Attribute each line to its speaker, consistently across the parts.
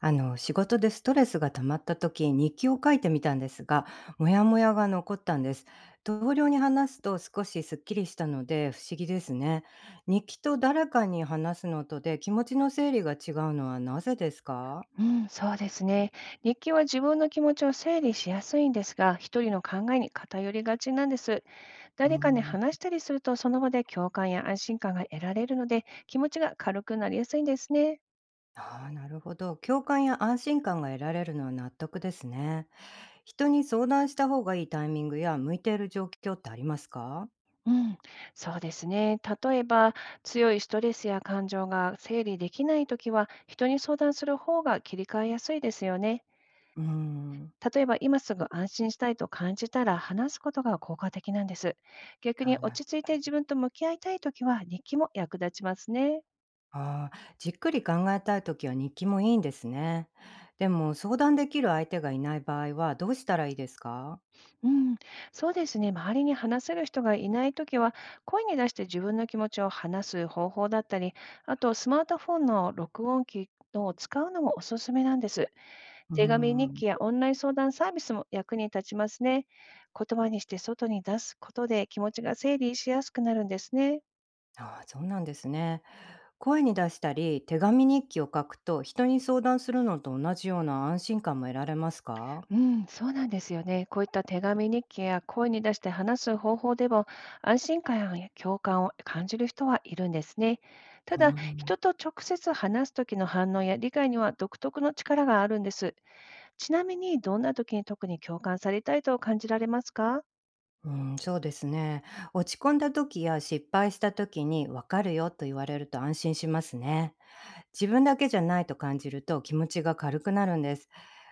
Speaker 1: 仕事でストレスが溜まった時、日記を書いてみたんですが、モヤモヤが残ったんです。同僚に話すと少しすっきりしたので不思議ですね。日記と誰かに話すのとで気持ちの整理が違うのはなぜですか？
Speaker 2: うん、そうですね。日記は自分の気持ちを整理しやすいんですが、一人の考えに偏りがちなんです。
Speaker 1: う
Speaker 2: 誰かに
Speaker 1: ん。
Speaker 2: 話したりすると、その場で共感や安心感が得られるので、気持ちが軽くなりやすいんですね。
Speaker 1: ああ、なるほど。共感や安心感が得られるのは納得ですね。人に相談した方がいいタイミングや向いている状況ってありますか？
Speaker 2: うん、そうですね。例えば、強いストレスや感情が整理できないときは、人に相談する方が切り替えやすいですよね。
Speaker 1: うーん。
Speaker 2: 例えば今すぐ安心したいと感じたら話すことが効果的なんです。逆に
Speaker 1: あ
Speaker 2: 落
Speaker 1: あ、
Speaker 2: ち着いて自分と向き合いたいときは日記も役立ちますね。
Speaker 1: ああ、じっくり考えたいときは日記もいいんですね。でも相談できる相手がいない場合はどうしたらいいですか？
Speaker 2: うん、そうですね。周りに話せる人がいないときは、声に出して自分の気持ちを話す方法だったり、あとスマートフォンの録音機を使うのもおすすめなんです。
Speaker 1: うー
Speaker 2: 手紙日
Speaker 1: ん。
Speaker 2: 記やオンライン相談サービスも役に立ちますね。言葉にして外に出すことで気持ちが整理しやすくなるんですね。
Speaker 1: ああ、そうなんですね。声に出したり、手紙日記を書くと、人に相談するのと同じような安心感も得られますか？
Speaker 2: うん、そうなんですよね。こういった手紙日記や声に出して話す方法でも、安心感や共感を感じる人はいるんですね。た
Speaker 1: う
Speaker 2: だ、
Speaker 1: ん。
Speaker 2: 人と直接話す時の反応や理解には独特の力があるんです。ちなみに、どんな時に特に共感されたいと感じられますか？
Speaker 1: うん、そうですね。落ち込んだ時や失敗した時に分かるよと言われると安心しますね。自分だけじゃないと感じると気持ちが軽くなるんです。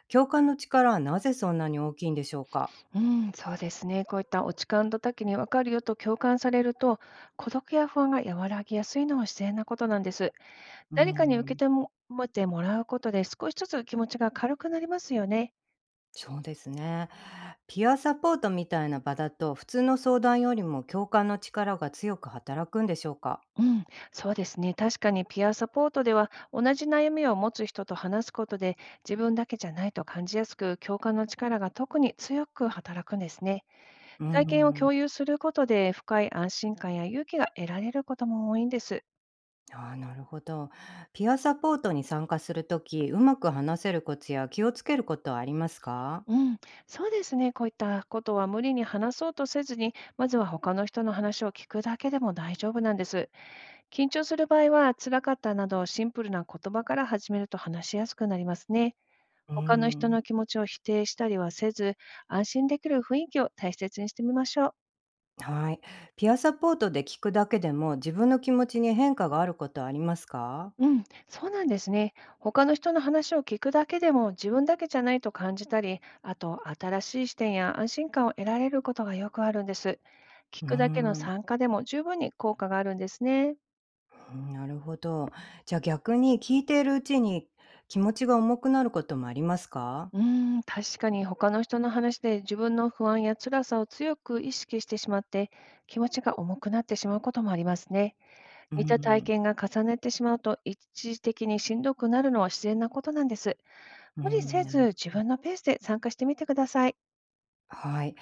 Speaker 1: 共感の力はなぜそんなに大きいんでしょうか？
Speaker 2: うん、そうですね。こういった落ち感度だ岐に分かるよと共感されると、孤独や不安が和らぎやすいのは自然なことなんです。
Speaker 1: うー
Speaker 2: 誰かに受け
Speaker 1: ん、
Speaker 2: ても、持ってもらうことで少しずつ気持ちが軽くなりますよね。
Speaker 1: そうですね。ピアサポートみたいな場だと、普通の相談よりも共感の力が強く働くんでしょうか？
Speaker 2: うん、そうですね。確かにピアサポートでは、同じ悩みを持つ人と話すことで自分だけじゃないと感じやすく、共感の力が特に強く働くんですね。
Speaker 1: うー
Speaker 2: 体験を
Speaker 1: ん、
Speaker 2: 共有することで深い安心感や勇気が得られることも多いんです。
Speaker 1: あー、なるほど。ピアサポートに参加するとき、うまく話せるコツや気をつけることはありますか？
Speaker 2: うん、そうですね。こういったことは、無理に話そうとせずに、まずは他の人の話を聞くだけでも大丈夫なんです。緊張する場合は、辛かったなどシンプルな言葉から始めると話しやすくなりますね。
Speaker 1: うー
Speaker 2: 他の人
Speaker 1: ん、
Speaker 2: の気持ちを否定したりはせず、安心できる雰囲気を大切にしてみましょう。
Speaker 1: はい。ピアサポートで聞くだけでも、自分の気持ちに変化があることはありますか？
Speaker 2: うん、そうなんですね。他の人の話を聞くだけでも自分だけじゃないと感じたり、あと新しい視点や安心感を得られることがよくあるんです。聞
Speaker 1: うー
Speaker 2: くだけの
Speaker 1: ん。
Speaker 2: 参加でも十分に効果があるんですね。
Speaker 1: なるほど。じゃあ逆に聞いているうちに気持ちが重くなることもありますか？
Speaker 2: うーん、確かに他の人の話で自分の不安や辛さを強く意識してしまって、気持ちが重くなってしまうこともありますね。
Speaker 1: うー
Speaker 2: 似た体
Speaker 1: ん、
Speaker 2: 験が重ねてしまうと、一時的にしんどくなるのは自然なことなんです。
Speaker 1: う
Speaker 2: 無理
Speaker 1: ん、
Speaker 2: せ
Speaker 1: なる、
Speaker 2: ず、自分のペースで参加してみてください。
Speaker 1: はい。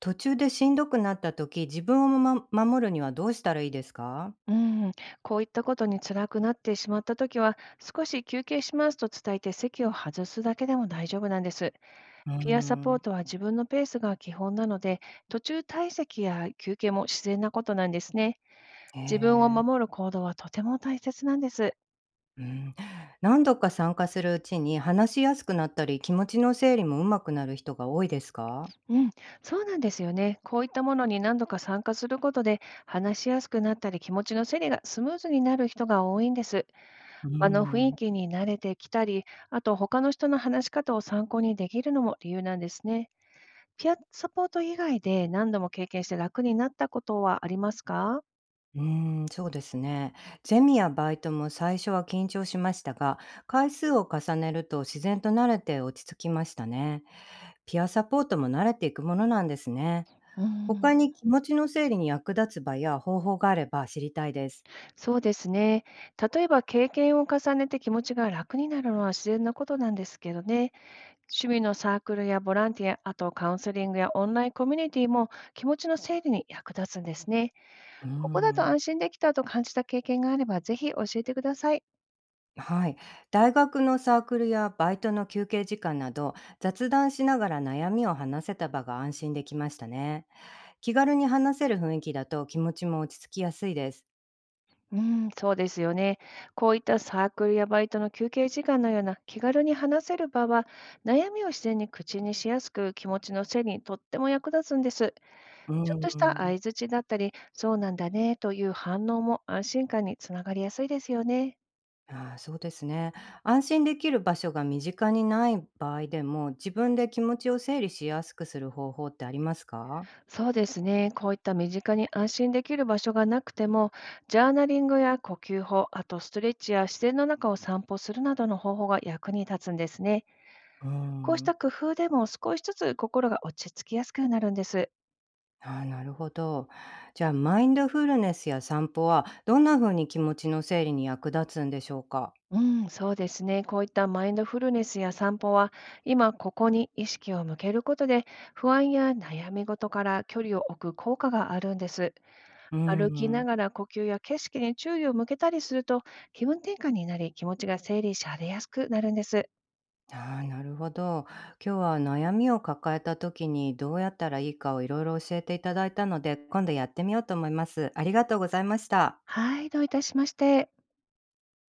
Speaker 1: 途中でしんどくなった時、自分をまま守るにはどうしたらいいですか？
Speaker 2: うん、こういったことに辛くなってしまったときは、少し休憩しますと伝えて席を外すだけでも大丈夫なんです。
Speaker 1: うー
Speaker 2: ピアサポ
Speaker 1: ん、
Speaker 2: ートは自分のペースが基本なので、途中退席や休憩も自然なことなんですね。
Speaker 1: え
Speaker 2: 自分を
Speaker 1: え、
Speaker 2: 守る行動はとても大切なんです。
Speaker 1: うん。何度か参加するうちに話しやすくなったり、気持ちの整理もうまくなる人が多いですか？
Speaker 2: うん、そうなんですよね。こういったものに何度か参加することで、話しやすくなったり、気持ちの整理がスムーズになる人が多いんです。
Speaker 1: うー
Speaker 2: 場の雰囲
Speaker 1: ん。
Speaker 2: 気に慣れてきたり、あと他の人の話し方を参考にできるのも理由なんですね。ピアサポート以外で何度も経験して楽になったことはありますか？
Speaker 1: うーん、そうですね。ゼミやバイトも最初は緊張しましたが、回数を重ねると自然と慣れて落ち着きましたね。ピアサポートも慣れていくものなんですね。
Speaker 2: うん、
Speaker 1: 他に気持ちの整理に役立つ場や方法があれば知りたいです。
Speaker 2: そうですね。例えば経験を重ねて気持ちが楽になるのは自然なことなんですけどね。趣味のサークルやボランティア、あとカウンセリングやオンラインコミュニティも気持ちの整理に役立つんですね。
Speaker 1: うー
Speaker 2: ここだと
Speaker 1: ん。
Speaker 2: 安心できたと感じた経験があれば、ぜひ教えてください。
Speaker 1: はい。大学のサークルやバイトの休憩時間など、雑談しながら悩みを話せた場が安心できましたね。気軽に話せる雰囲気だと気持ちも落ち着きやすいです。
Speaker 2: うん、そうですよね。こういったサークルやバイトの休憩時間のような気軽に話せる場は、悩みを自然に口にしやすく、気持ちの整理にとっても役立つんです。
Speaker 1: うー
Speaker 2: ちょっとした相
Speaker 1: ん。
Speaker 2: 槌だったり、そうなんだねという反応も安心感につながりやすいですよね。
Speaker 1: ああ、そうですね。安心できる場所が身近にない場合でも、自分で気持ちを整理しやすくする方法ってありますか？
Speaker 2: そうですね。こういった身近に安心できる場所がなくても、ジャーナリングや呼吸法、あとストレッチや自然の中を散歩するなどの方法が役に立つんですね。
Speaker 1: うー
Speaker 2: こうした
Speaker 1: ん。
Speaker 2: 工夫でも少しずつ心が落ち着きやすくなるんです。
Speaker 1: ああ、なるほど。じゃあ、マインドフルネスや散歩は、どんな風に気持ちの整理に役立つんでしょうか？
Speaker 2: うん、そうですね。こういったマインドフルネスや散歩は、今ここに意識を向けることで、不安や悩み事から距離を置く効果があるんです。
Speaker 1: うー
Speaker 2: 歩きな
Speaker 1: ん。
Speaker 2: がら呼吸や景色に注意を向けたりすると、気分転換になり、気持ちが整理されやすくなるんです。
Speaker 1: ああ、なるほど。今日は悩みを抱えた時にどうやったらいいかをいろいろ教えていただいたので、今度やってみようと思います。ありがとうございました。
Speaker 2: はい、どういたしまして。